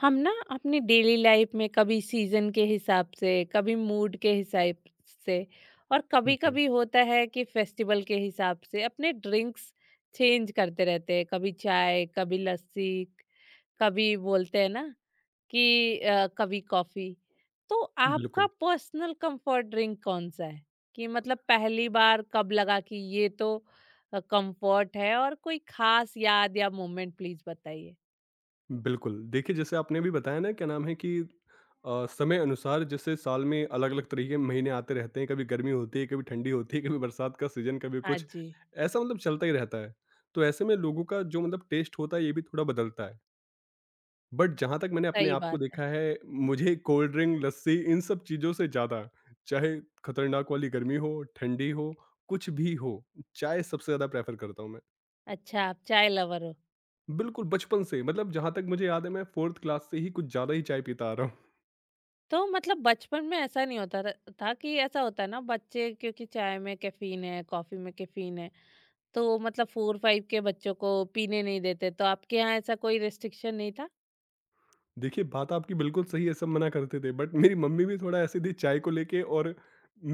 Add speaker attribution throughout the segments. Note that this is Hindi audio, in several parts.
Speaker 1: हम ना अपनी डेली लाइफ में कभी सीजन के हिसाब से, कभी मूड के हिसाब से और
Speaker 2: जी,
Speaker 1: कभी-कभी होता है कि फेस्टिवल के हिसाब से अपने ड्रिंक्स चेंज करते रहते हैं। कभी चाय, कभी लस्सी, कभी बोलते हैं ना कि कभी कॉफ़ी। तो आपका
Speaker 2: बिल्कुल,
Speaker 1: पर्सनल कंफर्ट ड्रिंक कौन-सा है? कि मतलब पहली बार कब लगा कि ये तो कंफर्ट है और कोई खास याद या मोमेंट प्लीज़ बताइए?
Speaker 2: बिल्कुल। देखिए, जैसे आपने अभी बताया ना, क्या नाम है कि समय अनुसार जैसे साल में अलग-अलग तरीके के महीने आते रहते हैं, कभी गर्मी होती है, कभी ठंडी होती है, कभी बरसात का सीज़न, कभी
Speaker 1: हाँ
Speaker 2: कुछ,
Speaker 1: जी,
Speaker 2: ऐसा मतलब चलता ही रहता है। तो ऐसे में लोगों का जो मतलब टेस्ट होता है, ये भी थोड़ा बदलता है। बट जहाँ तक मैंने अपने
Speaker 1: सही
Speaker 2: आप को
Speaker 1: बात है।
Speaker 2: देखा है, मुझे कोल्ड ड्रिंक, लस्सी इन सब चीज़ों से ज़्यादा, चाहे खतरनाक वाली गर्मी हो, ठंडी हो, कुछ भी हो, चाय सबसे ज़्यादा प्रेफ़र करता हूँ मैं।
Speaker 1: अच्छा, आप चाय लवर हो।
Speaker 2: बिल्कुल, बचपन से मतलब जहाँ तक मुझे याद है मैं 4th क्लास से ही कुछ ज़्यादा ही चाय पीता आ रहा हूँ।
Speaker 1: तो मतलब बचपन में ऐसा नहीं होता र था कि ऐसा होता है ना बच्चे क्योंकि चाय में कैफ़ीन है, कॉफ़ी में कैफ़ीन है, तो मतलब 4-5 के बच्चों को पीने नहीं देते, तो आपके यहाँ ऐसा कोई रिस्ट्रिक्शन नहीं था?
Speaker 2: देखिए बात आपकी बिल्कुल सही है, सब मना करते थे बट मेरी मम्मी भी थोड़ा ऐसी थी चाय को लेके और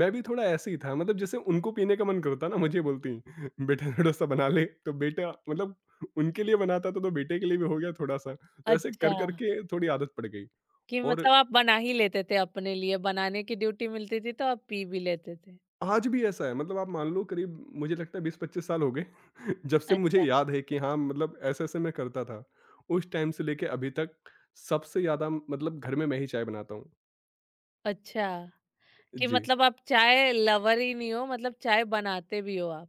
Speaker 2: मैं भी थोड़ा ऐसे ही था मतलब जैसे उनको पीने का मन करता ना मुझे बोलती, "बेटा थोड़ा-सा बना ले" तो बेटा मतलब उनके लिए बनाता था तो बेटे के लिए भी हो गया थोड़ा-सा। तो ऐसे
Speaker 1: अच्छा,
Speaker 2: कर-कर के थोड़ी आदत पड़ गई
Speaker 1: कि
Speaker 2: और
Speaker 1: मतलब आप बना ही लेते थे अपने लिए, बनाने की ड्यूटी मिलती थी तो आप पी भी लेते थे।
Speaker 2: आज भी ऐसा है मतलब आप मान लो करीब मुझे लगता है 20-25 साल हो गए जब से मुझे
Speaker 1: अच्छा,
Speaker 2: याद है कि हाँ मतलब ऐसे-ऐसे मैं करता था। उस टाइम से लेके अभी तक सबसे ज़्यादा मतलब घर में मैं ही चाय बनाता हूँ।
Speaker 1: अच्छा, कि
Speaker 2: जी,
Speaker 1: मतलब आप चाय लवर ही नहीं हो, मतलब चाय बनाते भी हो आप,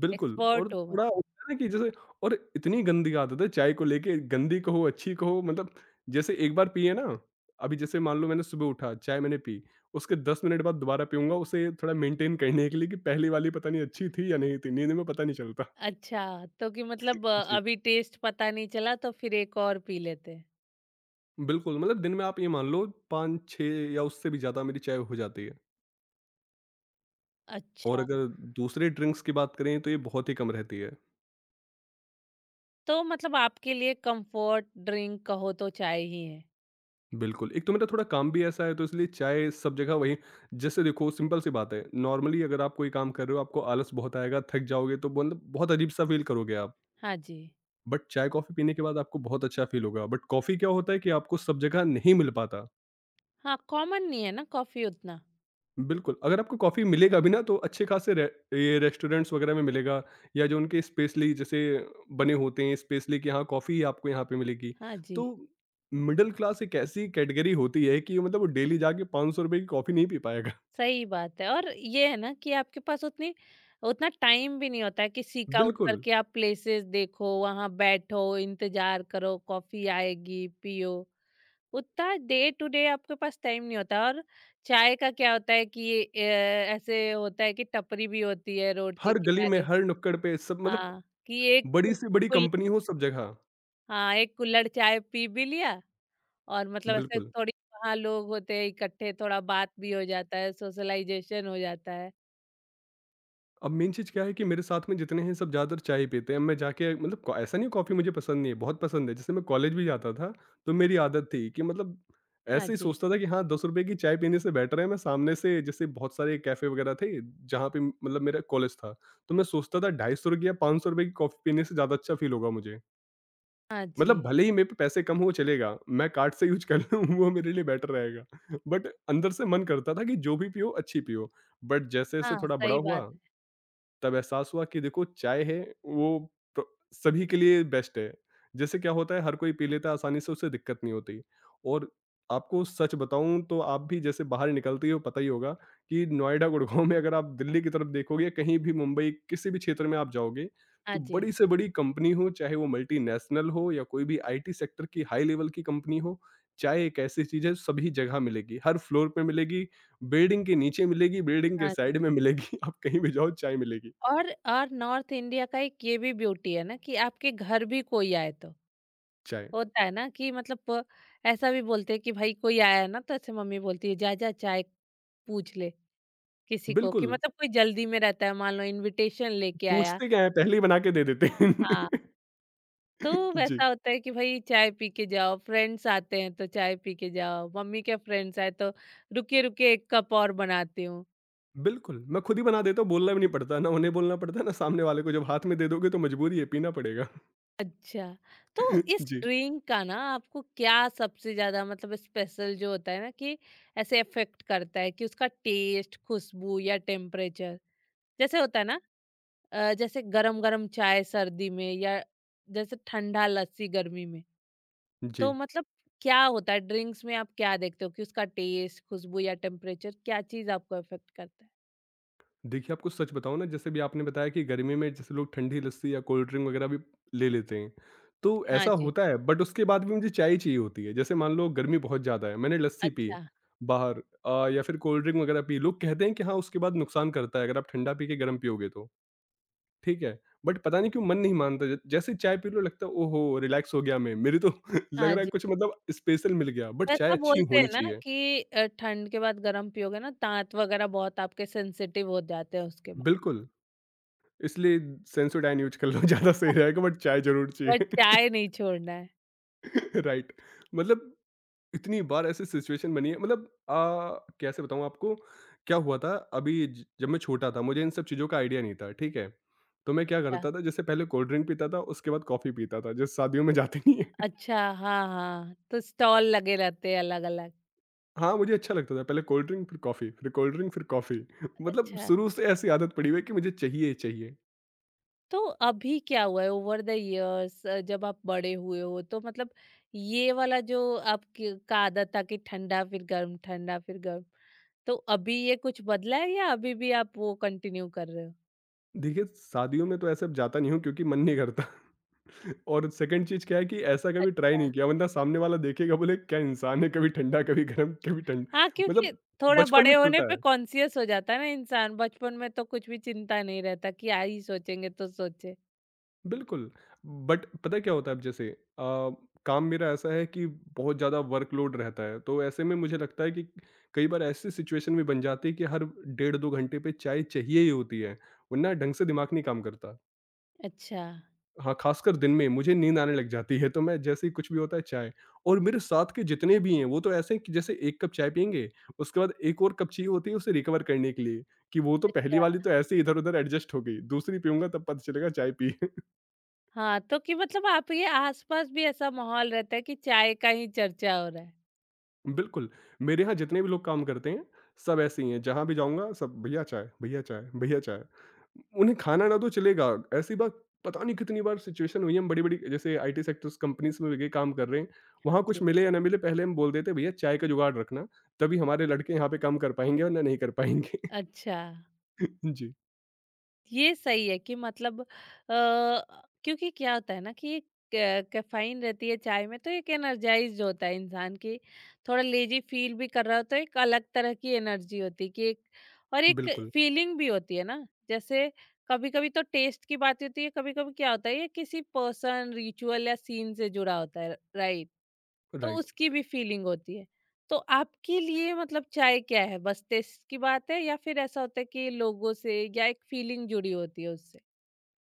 Speaker 2: बिल्कुल और
Speaker 1: एक्सपर्ट हो।
Speaker 2: थोड़ा
Speaker 1: मतलब।
Speaker 2: होता है ना कि जैसे और इतनी गंदी आदत है चाय को लेके गंदी कहो, अच्छी कहो मतलब जैसे एक बार पिए ना, अभी जैसे मान लो मैंने सुबह उठा, चाय मैंने पी, उसके 10 मिनट बाद दोबारा पीऊँगा उसे थोड़ा मेंटेन करने के लिए कि पहली वाली पता नहीं अच्छी थी या नहीं थी, नींद में पता नहीं चलता।
Speaker 1: अच्छा, तो कि मतलब
Speaker 2: जी।
Speaker 1: अभी टेस्ट पता नहीं चला तो फिर एक और पी लेते हैं।
Speaker 2: बिल्कुल, मतलब दिन में आप ये मान लो 5-6 या उससे भी ज़्यादा मेरी चाय हो जाती है और
Speaker 1: अच्छा,
Speaker 2: अगर दूसरे ड्रिंक्स की बात करें तो ये बहुत ही कम रहती है।
Speaker 1: तो मतलब आपके लिए कंफर्ट ड्रिंक कहो तो चाय ही है।
Speaker 2: बिल्कुल, एक तो मेरा थोड़ा काम भी ऐसा है तो इसलिए चाय सब जगह वही जैसे देखो सिंपल सी बात है, नॉर्मली अगर आप कोई काम कर रहे हो आपको आलस बहुत आएगा, थक जाओगे तो मतलब बहुत अजीब-सा फ़ील करोगे आप।
Speaker 1: हाँ जी।
Speaker 2: बट चाय-कॉफ़ी पीने के बाद आपको बहुत अच्छा फ़ील होगा, बट कॉफ़ी क्या होता है कि आपको सब जगह नहीं मिल पाता।
Speaker 1: हाँ, कॉमन नहीं है ना कॉफ़ी उतना।
Speaker 2: बिल्कुल, अगर आपको कॉफ़ी मिलेगा भी ना तो अच्छे खासे रे ये रेस्टोरेंट्स वगैरह में मिलेगा या जो उनके स्पेशली जैसे बने होते हैं स्पेशली कि हाँ कॉफ़ी आपको यहाँ पे मिलेगी।
Speaker 1: हाँ
Speaker 2: तो
Speaker 1: जी।
Speaker 2: मिडल क्लास एक ऐसी कैटेगरी होती है कि मतलब वो डेली जाके ₹500 की कॉफ़ी नहीं पी पाएगा।
Speaker 1: सही बात है और ये है ना कि आपके पास उतनी उतना टाइम भी नहीं होता है कि सीक आउट
Speaker 2: बिल्कुल,
Speaker 1: करके आप प्लेसेस देखो, वहाँ बैठो, इंतजार करो, कॉफ़ी आएगी, पियो। उतना डे टू डे आपके पास टाइम नहीं होता और चाय का क्या होता है कि ये ऐसे होता है कि टपरी भी होती है रोड के
Speaker 2: हर गली में,
Speaker 1: किनारे।
Speaker 2: हर नुक्कड़ पे सब मतलब
Speaker 1: हाँ, कि एक
Speaker 2: बड़ी
Speaker 1: कुल
Speaker 2: से बड़ी
Speaker 1: कुल
Speaker 2: कंपनी हो सब जगह।
Speaker 1: हाँ, एक कुल्हड़ चाय पी भी लिया और मतलब ऐसे
Speaker 2: बिल्कुल।
Speaker 1: थोड़ी वहाँ लोग होते हैं इकट्ठे, थोड़ा बात भी हो जाता है, सोशलाइज़ेशन हो जाता है।
Speaker 2: अब मेन चीज़ क्या है कि मेरे साथ में जितने हैं सब ज़्यादातर चाय ही पीते हैं। मैं जाके मतलब को ऐसा नहीं है कॉफ़ी मुझे पसंद नहीं है, बहुत पसंद है। जैसे मैं कॉलेज भी जाता था तो मेरी आदत थी कि मतलब
Speaker 1: हाँ
Speaker 2: ऐसे ही
Speaker 1: जी।
Speaker 2: सोचता था कि हाँ, ₹10 की चाय पीने से बेटर है मैं सामने से जैसे बहुत सारे कैफ़े वगैरह थे जहाँ पे मतलब मेरा कॉलेज था। तो मैं सोचता था ₹250 या ₹500 की कॉफ़ी पीने से ज़्यादा अच्छा फ़ील होगा मुझे।
Speaker 1: हाँ जी।
Speaker 2: मतलब भले ही मेरे पे पैसे कम हो चलेगा, मैं कार्ड से यूज़ कर लूँ वो मेरे लिए बेटर रहेगा। बट अंदर से मन करता था कि जो भी पियो अच्छी पियो। बट जैसे-जैसे
Speaker 1: हाँ,
Speaker 2: थोड़ा बड़ा
Speaker 1: सही
Speaker 2: हुआ
Speaker 1: बात है।
Speaker 2: तब एहसास हुआ कि देखो चाय है वो प्र सभी के लिए बेस्ट है। जैसे क्या होता है हर कोई पी लेता है आसानी से उसे दिक्कत नहीं होती। और आपको सच बताऊँ तो आप भी जैसे बाहर निकलती हो पता ही होगा कि नोएडा, गुड़गाँव में अगर आप दिल्ली की तरफ देखोगे कहीं भी मुंबई किसी भी क्षेत्र में आप जाओगे तो
Speaker 1: हाँ जी,
Speaker 2: बड़ी से बड़ी कंपनी हो चाहे वो मल्टीनेशनल हो या कोई भी आईटी सेक्टर की हाई लेवल की कंपनी हो, चाय एक ऐसी चीज़ है सभी जगह मिलेगी। हर फ्लोर पे मिलेगी, बिल्डिंग के नीचे मिलेगी, बिल्डिंग के
Speaker 1: हाँ
Speaker 2: साइड
Speaker 1: जी।
Speaker 2: में मिलेगी, आप कहीं भी जाओ चाय मिलेगी।
Speaker 1: और नॉर्थ इंडिया का एक ये भी ब्यूटी है ना कि आपके घर भी कोई आए तो
Speaker 2: चाय
Speaker 1: होता है ना कि मतलब ऐसा भी बोलते हैं कि भाई कोई आया है ना तो ऐसे मम्मी बोलती है, "जा, जा चाय पूछ ले किसी को" कि
Speaker 2: बिल्कुल,
Speaker 1: मतलब कोई जल्दी में रहता है, मान लो इन्विटेशन लेके आया।
Speaker 2: पूछते क्या है पहले ही बना के दे देते हैं।
Speaker 1: हाँ, तो
Speaker 2: जी,
Speaker 1: वैसा होता है कि भाई चाय पी के जाओ, फ्रेंड्स आते हैं तो चाय पी के जाओ, मम्मी के फ्रेंड्स आए तो रुकिए, रुकिए 1 कप और बनाती हूँ।
Speaker 2: बिल्कुल, मैं खुद ही बना देता हूँ, बोलना भी नहीं पड़ता, ना उन्हें बोलना पड़ता है, ना सामने वाले को, जब हाथ में दे दोगे तो मजबूरी है, पीना पड़ेगा।
Speaker 1: अच्छा, तो इस
Speaker 2: जी,
Speaker 1: ड्रिंक का ना आपको क्या सबसे ज़्यादा मतलब स्पेशल जो होता है ना कि ऐसे अफ़ेक्ट करता है कि उसका टेस्ट, खुशबू या टेम्परेचर? जैसे होता है ना जैसे गरम-गरम चाय सर्दी में या जैसे ठंडा लस्सी गर्मी में। तो
Speaker 2: जी।
Speaker 1: मतलब क्या होता है ड्रिंक्स में आप क्या देखते हो कि उसका टेस्ट, खुशबू या टेम्परेचर क्या चीज़ आपको अफ़ेक्ट करता है?
Speaker 2: देखिए, आपको सच बताऊँ ना, जैसे भी आपने बताया कि गर्मी में जैसे लोग ठंडी लस्सी या कोल्ड ड्रिंक वगैरह भी ले लेते हैं, तो
Speaker 1: हाँ
Speaker 2: ऐसा
Speaker 1: जी।
Speaker 2: होता है, बट उसके बाद भी मुझे चाय ही चाहिए होती है। जैसे मान लो गर्मी बहुत ज़्यादा है, मैंने लस्सी पी
Speaker 1: अच्छा।
Speaker 2: बाहर या फिर कोल्ड ड्रिंक वगैरह पी, लोग कहते हैं कि हाँ, उसके बाद नुकसान करता है, अगर आप ठंडा पी के गरम पियोगे तो। ठीक है, बट पता नहीं क्यों मन नहीं मानता ज जैसे ही चाय पी लो लगता है ओहो! रिलैक्स हो गया मैं, मेरे तो लग
Speaker 1: हाँ
Speaker 2: रहा है
Speaker 1: जी।
Speaker 2: कुछ मतलब स्पेशल मिल गया बट चाय
Speaker 1: वैसा
Speaker 2: अच्छी
Speaker 1: बोलते
Speaker 2: होनी
Speaker 1: हैं ना
Speaker 2: चाहिए।
Speaker 1: कि ठंड के बाद गर्म पियोगे ना दाँत वगैरह बहुत आपके सेंसिटिव हो जाते हैं उसके बाद।
Speaker 2: बिल्कुल, इसलिए सेंसोडाइन यूज़ कर लो ज़्यादा सही रहेगा बट चाय ज़रूर
Speaker 1: और
Speaker 2: चाहिए।
Speaker 1: चाय नहीं छोड़ना है।
Speaker 2: राइट, मतलब इतनी बार ऐसी सिचुएशन बनी है मतलब कैसे बताऊँ आपको क्या हुआ था अभी ज जब मैं छोटा था मुझे इन सब चीज़ों का आइडिया नहीं था, ठीक है? तो मैं क्या
Speaker 1: अच्छा,
Speaker 2: करता था जैसे पहले कोल्ड ड्रिंक पीता था उसके बाद कॉफ़ी पीता था, जैसे शादियों में जाते नहीं है।
Speaker 1: अच्छा हाँ, हाँ। तो स्टॉल लगे रहते हैं अलग-अलग।
Speaker 2: हाँ, मुझे अच्छा लगता था। पहले कोल्ड ड्रिंक फिर कॉफ़ी, फिर कोल्ड ड्रिंक फिर कॉफ़ी मतलब
Speaker 1: अच्छा,
Speaker 2: शुरू से ऐसी आदत पड़ी हुई है कि मुझे चाहिए ही चाहिए।
Speaker 1: तो अभी क्या हुआ है ओवर द इयर्स, जब आप बड़े हुए हो तो मतलब ये वाला जो आपकी का आदत था कि ठंडा फिर गर्म, तो अभी ये कुछ बदला है या अभी भी आप वो कंटिन्यू कर रहे हो?
Speaker 2: देखिए शादियों में तो ऐसे अब जाता नहीं हूँ क्योंकि मन नहीं करता और सेकंड चीज़ क्या है कि ऐसा कभी ट्राई
Speaker 1: अच्छा।
Speaker 2: नहीं किया वरना सामने वाला देखेगा बोले क्या इंसान है कभी ठंडा, कभी गरम, कभी ठंड
Speaker 1: हाँ, क्योंकि
Speaker 2: मतलब
Speaker 1: थोड़ा
Speaker 2: बचपन
Speaker 1: बड़े
Speaker 2: में
Speaker 1: होने
Speaker 2: चलता
Speaker 1: पे
Speaker 2: है।
Speaker 1: कॉन्शियस हो जाता है ना इंसान, बचपन में तो कुछ भी चिंता नहीं रहता कि आ ही सोचेंगे तो सोचे।
Speaker 2: बिल्कुल, बट पता है क्या होता है अब जैसे काम मेरा ऐसा है कि बहुत ज़्यादा वर्कलोड रहता है, तो ऐसे में मुझे लगता है कि कई बार ऐसी सिचुएशन भी बन जाती है कि हर डेढ़ 2 घंटे पे चाय चाहिए ही होती है, वरना ढंग से दिमाग नहीं काम करता।
Speaker 1: अच्छा।
Speaker 2: हाँ, ख़ासकर दिन में मुझे नींद आने लग जाती है, तो मैं जैसे ही कुछ भी होता है चाय और मेरे साथ के जितने भी हैं, वो तो ऐसे हैं कि जैसे 1 कप चाय पिएँगे, उसके बाद एक और कप चाहिए होती है उसे रिकवर करने के लिए, कि वो तो पहली
Speaker 1: अच्छा,
Speaker 2: वाली तो ऐसे ही इधर-उधर एडजस्ट हो गई, दूसरी पीऊँगा तब पता चलेगा चाय पी।
Speaker 1: हाँ, तो कि मतलब आप ये आस-पास भी ऐसा माहौल रहता है कि चाय का ही चर्चा हो रहा है?
Speaker 2: बिल्कुल, मेरे यहाँ जितने भी लोग काम करते हैं, सब ऐसे ही हैं, जहाँ भी जाऊँगा सब भैया चाय, भैया चाय, भैया चाय। उन्हें खाना ना दो चलेगा, ऐसी बात पता नहीं कितनी बार सिचुएशन हुई है, हम बड़ी-बड़ी जैसे आईटी सेक्टर्स कंपनीज़ में भी गए काम कर रहे हैं, वहाँ
Speaker 1: हाँ
Speaker 2: कुछ
Speaker 1: जी।
Speaker 2: मिले या ना मिले पहले हम बोल देते हैं भैया चाय का जुगाड़ रखना, तभी हमारे लड़के यहाँ पे काम कर पाएँगे वरना नहीं कर पाएँगे।
Speaker 1: अच्छा।
Speaker 2: जी,
Speaker 1: ये सही है कि मतलब क्योंकि क्या होता है ना कि कैफीन रहती है चाय में तो एक एनर्जाइज होता है इंसान की, थोड़ा लेजी फील भी कर रहा हो तो एक अलग तरह की एनर्जी होती है कि एक और एक
Speaker 2: बिल्कुल,
Speaker 1: फीलिंग भी होती है ना, जैसे कभी कभी तो टेस्ट की बात होती है, कभी कभी क्या होता है ये किसी पर्सन रिचुअल या सीन से जुड़ा होता है, राइट? तो
Speaker 2: राइट।
Speaker 1: उसकी भी फीलिंग होती है। तो आपके लिए मतलब चाय क्या है? बस टेस्ट की बात है या फिर ऐसा होता है कि लोगों से या एक फीलिंग जुड़ी होती है उससे?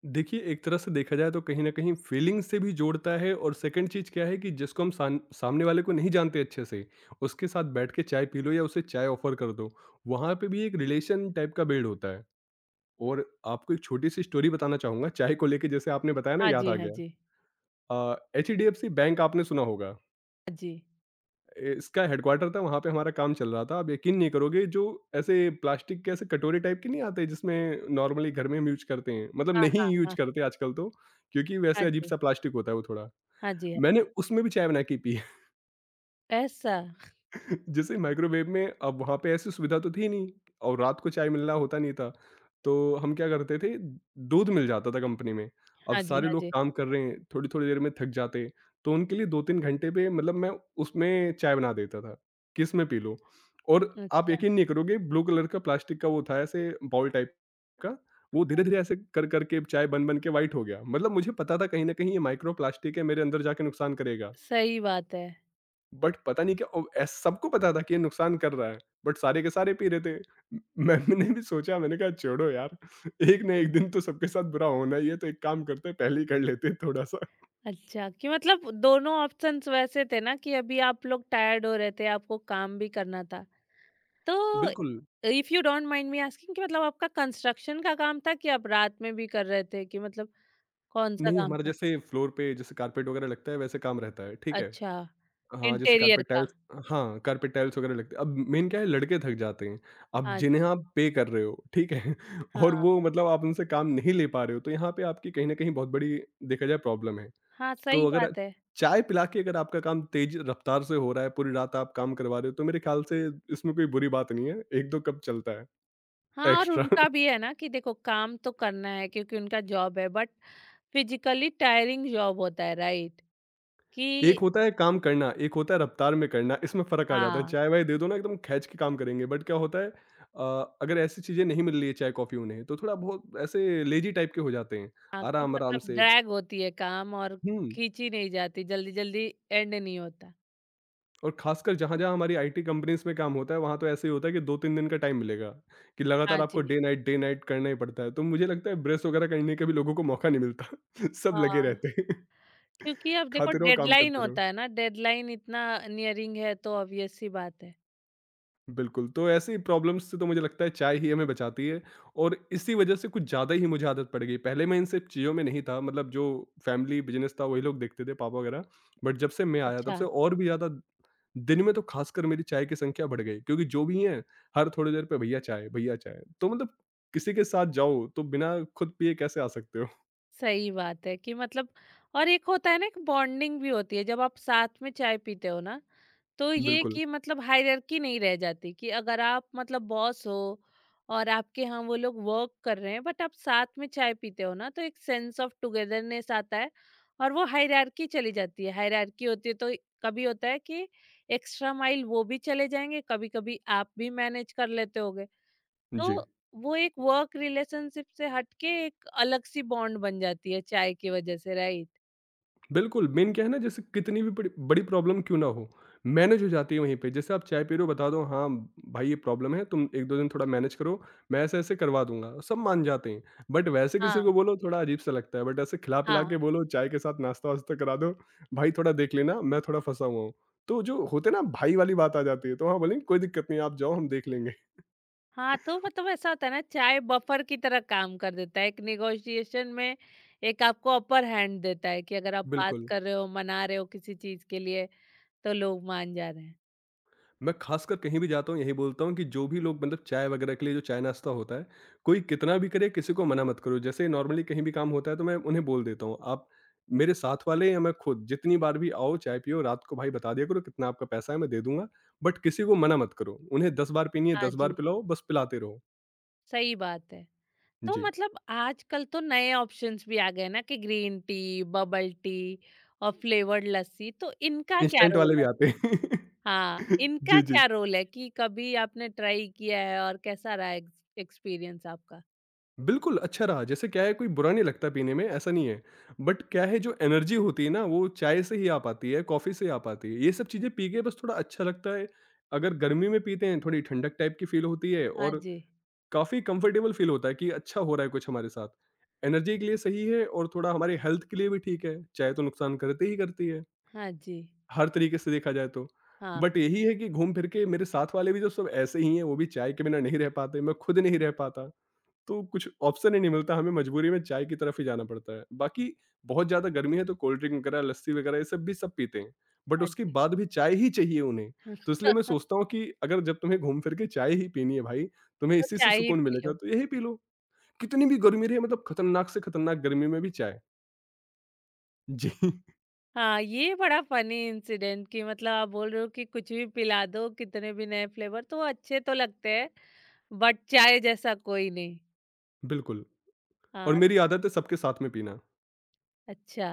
Speaker 2: देखिए, एक तरह से देखा जाए तो कहीं न कहीं फ़ीलिंग्स से भी जोड़ता है और सेकंड चीज़ क्या है कि जिसको हम सान सामने वाले को नहीं जानते अच्छे से, उसके साथ बैठ के चाय पी लो या उसे चाय ऑफ़र कर दो, वहाँ पे भी एक रिलेशन टाइप का बिल्ड होता है। और आपको एक छोटी-सी स्टोरी बताना चाहूँगा चाय को लेके जैसे आपने बताया ना
Speaker 1: हाँ
Speaker 2: याद
Speaker 1: जी,
Speaker 2: आ
Speaker 1: हाँ
Speaker 2: गया।
Speaker 1: जी।
Speaker 2: एचडीएफसी बैंक आपने सुना होगा।
Speaker 1: हाँ जी।
Speaker 2: इसका हेडक्वार्टर था वहाँ पे हमारा काम चल रहा था। आप यकीन नहीं करोगे जो ऐसे प्लास्टिक के ऐसे कटोरे टाइप के नहीं आते जिसमें नॉर्मली घर में हम यूज़ करते हैं, मतलब
Speaker 1: हाँ,
Speaker 2: नहीं
Speaker 1: हाँ,
Speaker 2: यूज़
Speaker 1: हाँ।
Speaker 2: करते आजकल तो क्योंकि वैसे
Speaker 1: हाँ जी।
Speaker 2: अजीब-सा प्लास्टिक होता है वो थोड़ा।
Speaker 1: हाँ जी। हाँ,
Speaker 2: मैंने उसमें भी चाय बना के पी।
Speaker 1: ऐसा?
Speaker 2: जैसे माइक्रोवेव में अब वहाँ पे ऐसी सुविधा तो थी नहीं और रात को चाय मिलना होता नहीं था। तो हम क्या करते थे दूध मिल जाता था कंपनी में। अब
Speaker 1: हाँ जी,
Speaker 2: सारे
Speaker 1: हाँ
Speaker 2: लोग
Speaker 1: जी।
Speaker 2: काम कर रहे हैं, थोड़ी-थोड़ी देर में थक जाते हैं, तो उनके लिए 2-3 घंटे पे मतलब मैं उसमें चाय बना देता था कि इसमें पी लो। और आप
Speaker 1: अच्छा,
Speaker 2: यकीन नहीं करोगे ब्लू कलर का प्लास्टिक का वो था ऐसे बाउल टाइप का, वो धीरे-धीरे ऐसे कर-कर के चाय बन-बन के व्हाइट हो गया। मतलब मुझे पता था कहीं न कहीं ये माइक्रो प्लास्टिक है मेरे अंदर जाके नुकसान करेगा।
Speaker 1: सही बात है।
Speaker 2: बट पता नहीं क्या ओ एस सबको पता था कि ये नुकसान कर रहा है, बट सारे के सारे पी रहे थे। म मैंने भी सोचा मैंने कहा छोड़ो यार, एक ना एक दिन तो सबके साथ बुरा होना ही है तो एक काम करते हैं पहले ही कर लेते हैं थोड़ा-सा।
Speaker 1: अच्छा, कि मतलब दोनों ऑप्शंस वैसे थे ना कि अभी आप लोग टायर्ड हो रहे थे, आपको काम भी करना था। तो
Speaker 2: बिल्कुल,
Speaker 1: if you don't mind me asking कि मतलब आपका कंस्ट्रक्शन का काम था कि आप रात में भी कर रहे थे कि मतलब कौन-सा
Speaker 2: नहीं
Speaker 1: काम
Speaker 2: हमारा
Speaker 1: था?
Speaker 2: जैसे फ्लोर पे जैसे कारपेट वगैरह लगता है वैसे काम रहता है, ठीक है।
Speaker 1: अच्छा,
Speaker 2: हाँ, जैसे
Speaker 1: इंटीरियर
Speaker 2: कारपेट
Speaker 1: का।
Speaker 2: टाइल्स, हाँ, कारपेट टाइल्स वगैरह लगते हैं। अब मेन क्या है लड़के थक जाते हैं, अब
Speaker 1: हाँ
Speaker 2: जिन्हें
Speaker 1: जी,
Speaker 2: आप पे कर रहे हो, ठीक है। और वो
Speaker 1: हाँ।
Speaker 2: मतलब आप उनसे काम नहीं ले पा रहे हो, तो यहाँ पे आपकी कहीं न कहीं बहुत बड़ी, देखा जाए, प्रॉब्लम है।
Speaker 1: हाँ, सही
Speaker 2: तो अगर
Speaker 1: बात है।
Speaker 2: चाय पिला के अगर आपका काम तेज रफ्तार से हो रहा है, पूरी रात आप काम करवा रहे हो, तो मेरे ख्याल से इसमें कोई बुरी बात नहीं है, 1-2 कप चलता है
Speaker 1: हाँ, और
Speaker 2: एक्स्ट्रा।
Speaker 1: उनका भी है ना कि देखो काम तो करना है क्योंकि उनका जॉब है बट फिज़िकली टायरिंग जॉब होता है, राइट? कि
Speaker 2: एक होता है काम करना, एक होता है रफ्तार में करना, इसमें फ़र्क आ जाता है।
Speaker 1: हाँ,
Speaker 2: चाय-वाय दे दो ना एकदम खींच के काम करेंगे, बट क्या होता है अगर ऐसी चीज़ें नहीं मिल रही है चाय-कॉफ़ी उन्हें, तो थोड़ा बहुत ऐसे लेज़ी टाइप के हो जाते हैं,
Speaker 1: हाँ, कि
Speaker 2: आराम-आराम
Speaker 1: मतलब
Speaker 2: से।
Speaker 1: ड्रैग होती है काम और
Speaker 2: हुँ।
Speaker 1: खींची नहीं जाती, जल्दी-जल्दी एंड नहीं होता।
Speaker 2: और खासकर जहाँ-जहाँ हमारी आईटी कंपनीज़ में काम होता है, वहाँ तो ऐसे ही होता है कि 2-3 दिन का टाइम मिलेगा, कि लगातार
Speaker 1: हाँ जी,
Speaker 2: आपको डे नाइट करना ही पड़ता है। तो मुझे लगता है ब्रेक वगैरह करने का भी लोगों को मौका नहीं मिलता। सब लगे
Speaker 1: हाँ।
Speaker 2: रहते हैं।
Speaker 1: क्योंकि अब देखो
Speaker 2: खाते रहो, काम
Speaker 1: डेडलाइन
Speaker 2: करते रहो।
Speaker 1: होता है ना, डेडलाइन इतना नियरिंग है तो ऑब्वियस सी बात है।
Speaker 2: बिल्कुल, तो ऐसी प्रॉब्लम्स से तो मुझे लगता है चाय ही हमें बचाती है, और इसी वजह से कुछ ज़्यादा ही मुझे आदत पड़ गई। पहले मैं इन सब चीज़ों में नहीं था, मतलब जो फैमिली बिज़नेस था वही लोग देखते थे, पापा वगैरह, बट जब से मैं आया तब
Speaker 1: अच्छा।
Speaker 2: से और भी ज़्यादा दिन में तो खासकर मेरी चाय की संख्या बढ़ गई, क्योंकि जो भी हैं हर थोड़ी देर पे भैया चाय भैया चाय, तो मतलब किसी के साथ जाओ तो बिना खुद पिए कैसे आ सकते हो।
Speaker 1: सही बात है कि मतलब और एक होता है ना कि बॉन्डिंग भी होती है जब आप साथ में चाय पीते हो ना, तो ये
Speaker 2: बिल्कुल।
Speaker 1: कि मतलब हायरार्की नहीं रह जाती कि अगर आप मतलब बॉस हो और आपके यहाँ वो लोग वर्क कर रहे हैं बट आप साथ में चाय पीते हो ना, तो एक सेंस ऑफ टुगेदरनेस आता है और वो हायरार्की चली जाती है। हायरार्की होती है तो कभी होता है कि एक्स्ट्रा माइल वो भी चले जाएंगे, कभी कभी आप भी मैनेज कर लेते हो। तो
Speaker 2: जी।
Speaker 1: वो एक वर्क रिलेशनशिप से हटके एक अलग सी बॉन्ड बन जाती है चाय की वजह से, राइट?
Speaker 2: बिल्कुल, मेन क्या है ना, जैसे कितनी भी बड़ी बड़ी प्रॉब्लम क्यों ना हो, मैनेज हो जाती है वहीं पे। जैसे आप चाय पी रहे हो बता दो, हाँ, भाई ये प्रॉब्लम है, तुम 1-2 दिन थोड़ा मैनेज करो, मैं ऐसे-ऐसे करवा दूँगा। सब मान जाते हैं, बट वैसे किसी
Speaker 1: हाँ,
Speaker 2: को बोलो थोड़ा अजीब सा लगता है, बट ऐसे खिला-पिला के
Speaker 1: हाँ,
Speaker 2: बोलो चाय के साथ नाश्ता-वास्ता करा दो, भाई थोड़ा देख लेना मैं थोड़ा फँसा हुआ हूँ। तो जो होते हैं ना भाई वाली बात आ जाती है, तो हाँ, बोलेंगे कोई दिक्कत नहीं आप जाओ हम देख लेंगे।
Speaker 1: हाँ। तो मतलब ऐसा होता है ना, चाय बफर की तरह काम कर देता है, एक निगोशिएशन में एक आपको अपर हैंड देता है कि अगर आप बात
Speaker 2: बिल्कुल।
Speaker 1: कर रहे हो, मना रहे हो किसी चीज के लिए, तो लोग मान जा रहे हैं।
Speaker 2: मैं खासकर कहीं भी जाता हूँ यही बोलता हूँ कि जो भी लोग मतलब चाय वगैरह के लिए, जो चाय नाश्ता होता है कोई कितना भी करे किसी को मना मत करो। जैसे नॉर्मली कहीं भी काम होता है तो मैं उन्हें बोल देता हूँ, आप मेरे साथ वाले या मैं खुद जितनी बार भी आओ चाय पियो, रात को भाई बता दिया करो कितना आपका पैसा है मैं दे दूंगा, बट किसी को मना मत करो, उन्हें 10 बार पीनी है
Speaker 1: हाँ
Speaker 2: 10 बार
Speaker 1: जी,
Speaker 2: पिलाओ, बस पिलाते रहो।
Speaker 1: सही बात है। तो
Speaker 2: जी।
Speaker 1: मतलब आजकल तो नए ऑप्शंस भी आ गए ना कि ग्रीन टी, बबल टी और फ्लेवर्ड लस्सी, तो इनका क्या
Speaker 2: इंस्टेंट वाले
Speaker 1: रोल
Speaker 2: भी
Speaker 1: है?
Speaker 2: आते हैं।
Speaker 1: हाँ, इनका
Speaker 2: जी जी,
Speaker 1: क्या रोल है कि कभी आपने ट्राई किया है और कैसा रहा एक्सपीरियंस आपका?
Speaker 2: बिल्कुल, अच्छा रहा। जैसे क्या है कोई बुरा नहीं लगता पीने में, ऐसा नहीं है। बट क्या है जो एनर्जी होती है ना वो चाय से ही आ पाती है, कॉफ़ी से आ पाती है। ये सब चीज़ें पी के बस थोड़ा अच्छा लगता है। अगर गर्मी में पीते हैं थोड़ी ठंडक टाइप की फ़ील होती है,
Speaker 1: हाँ
Speaker 2: और
Speaker 1: जी,
Speaker 2: काफ़ी कंफर्टेबल फ़ील होता है कि अच्छा हो रहा है कुछ हमारे साथ। एनर्जी के लिए सही है और थोड़ा हमारे हेल्थ के लिए भी ठीक है। चाय तो नुकसान करती ही करती है,
Speaker 1: हाँ जी,
Speaker 2: हर तरीके से देखा जाए तो।
Speaker 1: हाँ,
Speaker 2: बट यही है कि घूम फिर के मेरे साथ वाले भी जो सब ऐसे ही हैं, वो भी चाय के बिना नहीं रह पाते, मैं खुद नहीं रह पाता। तो कुछ ऑप्शन ही नहीं मिलता, हमें मजबूरी में चाय की तरफ ही जाना पड़ता है। बाकी बहुत ज़्यादा गर्मी है तो कोल्ड ड्रिंक वगैरह, लस्सी वगैरह ये सब भी सब पीते हैं। बट
Speaker 1: हाँ
Speaker 2: उसके
Speaker 1: जी।
Speaker 2: बाद भी चाय ही चाहिए उन्हें। तो इसलिए मैं सोचता हूँ कि अगर जब तुम्हें घूम फिर के चाय ही पीनी है भाई, तुम्हें
Speaker 1: तो
Speaker 2: इसी से
Speaker 1: चाय ही
Speaker 2: सुकून
Speaker 1: पी लो।
Speaker 2: मिलेगा तो यही पी लो। कितनी भी गर्मी रहे मतलब खतरनाक से खतरनाक गर्मी में भी चाय। जी।
Speaker 1: हाँ, ये बड़ा फनी इंसिडेंट कि मतलब आप बोल रहे हो कि कुछ भी पिला दो, कितने भी नए फ्लेवर तो अच्छे तो लगते हैं, बट चाय जैसा कोई नहीं।
Speaker 2: बिल्कुल,
Speaker 1: हाँ,
Speaker 2: और मेरी आदत है सबके साथ में पीना।
Speaker 1: अच्छा।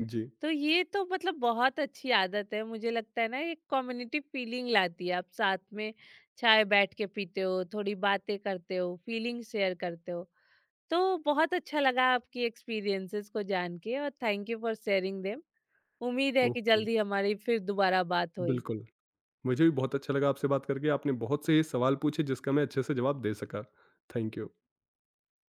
Speaker 2: जी।
Speaker 1: तो ये तो मतलब बहुत अच्छी आदत है मुझे लगता है ना, एक कम्युनिटी फीलिंग लाती है। आप साथ में चाय बैठ के पीते हो, थोड़ी बातें करते हो, फीलिंग शेयर करते हो। तो बहुत अच्छा लगा आपकी एक्सपीरियंसेस को जान के और thank you for sharing them. उम्मीद है कि
Speaker 2: ओके,
Speaker 1: जल्दी हमारी फिर दोबारा बात होगी।
Speaker 2: बिल्कुल। मुझे भी बहुत अच्छा लगा आपसे बात करके। आपने बहुत से सवाल पूछे जिसका मैं अच्छे से जवाब दे सका। Thank you.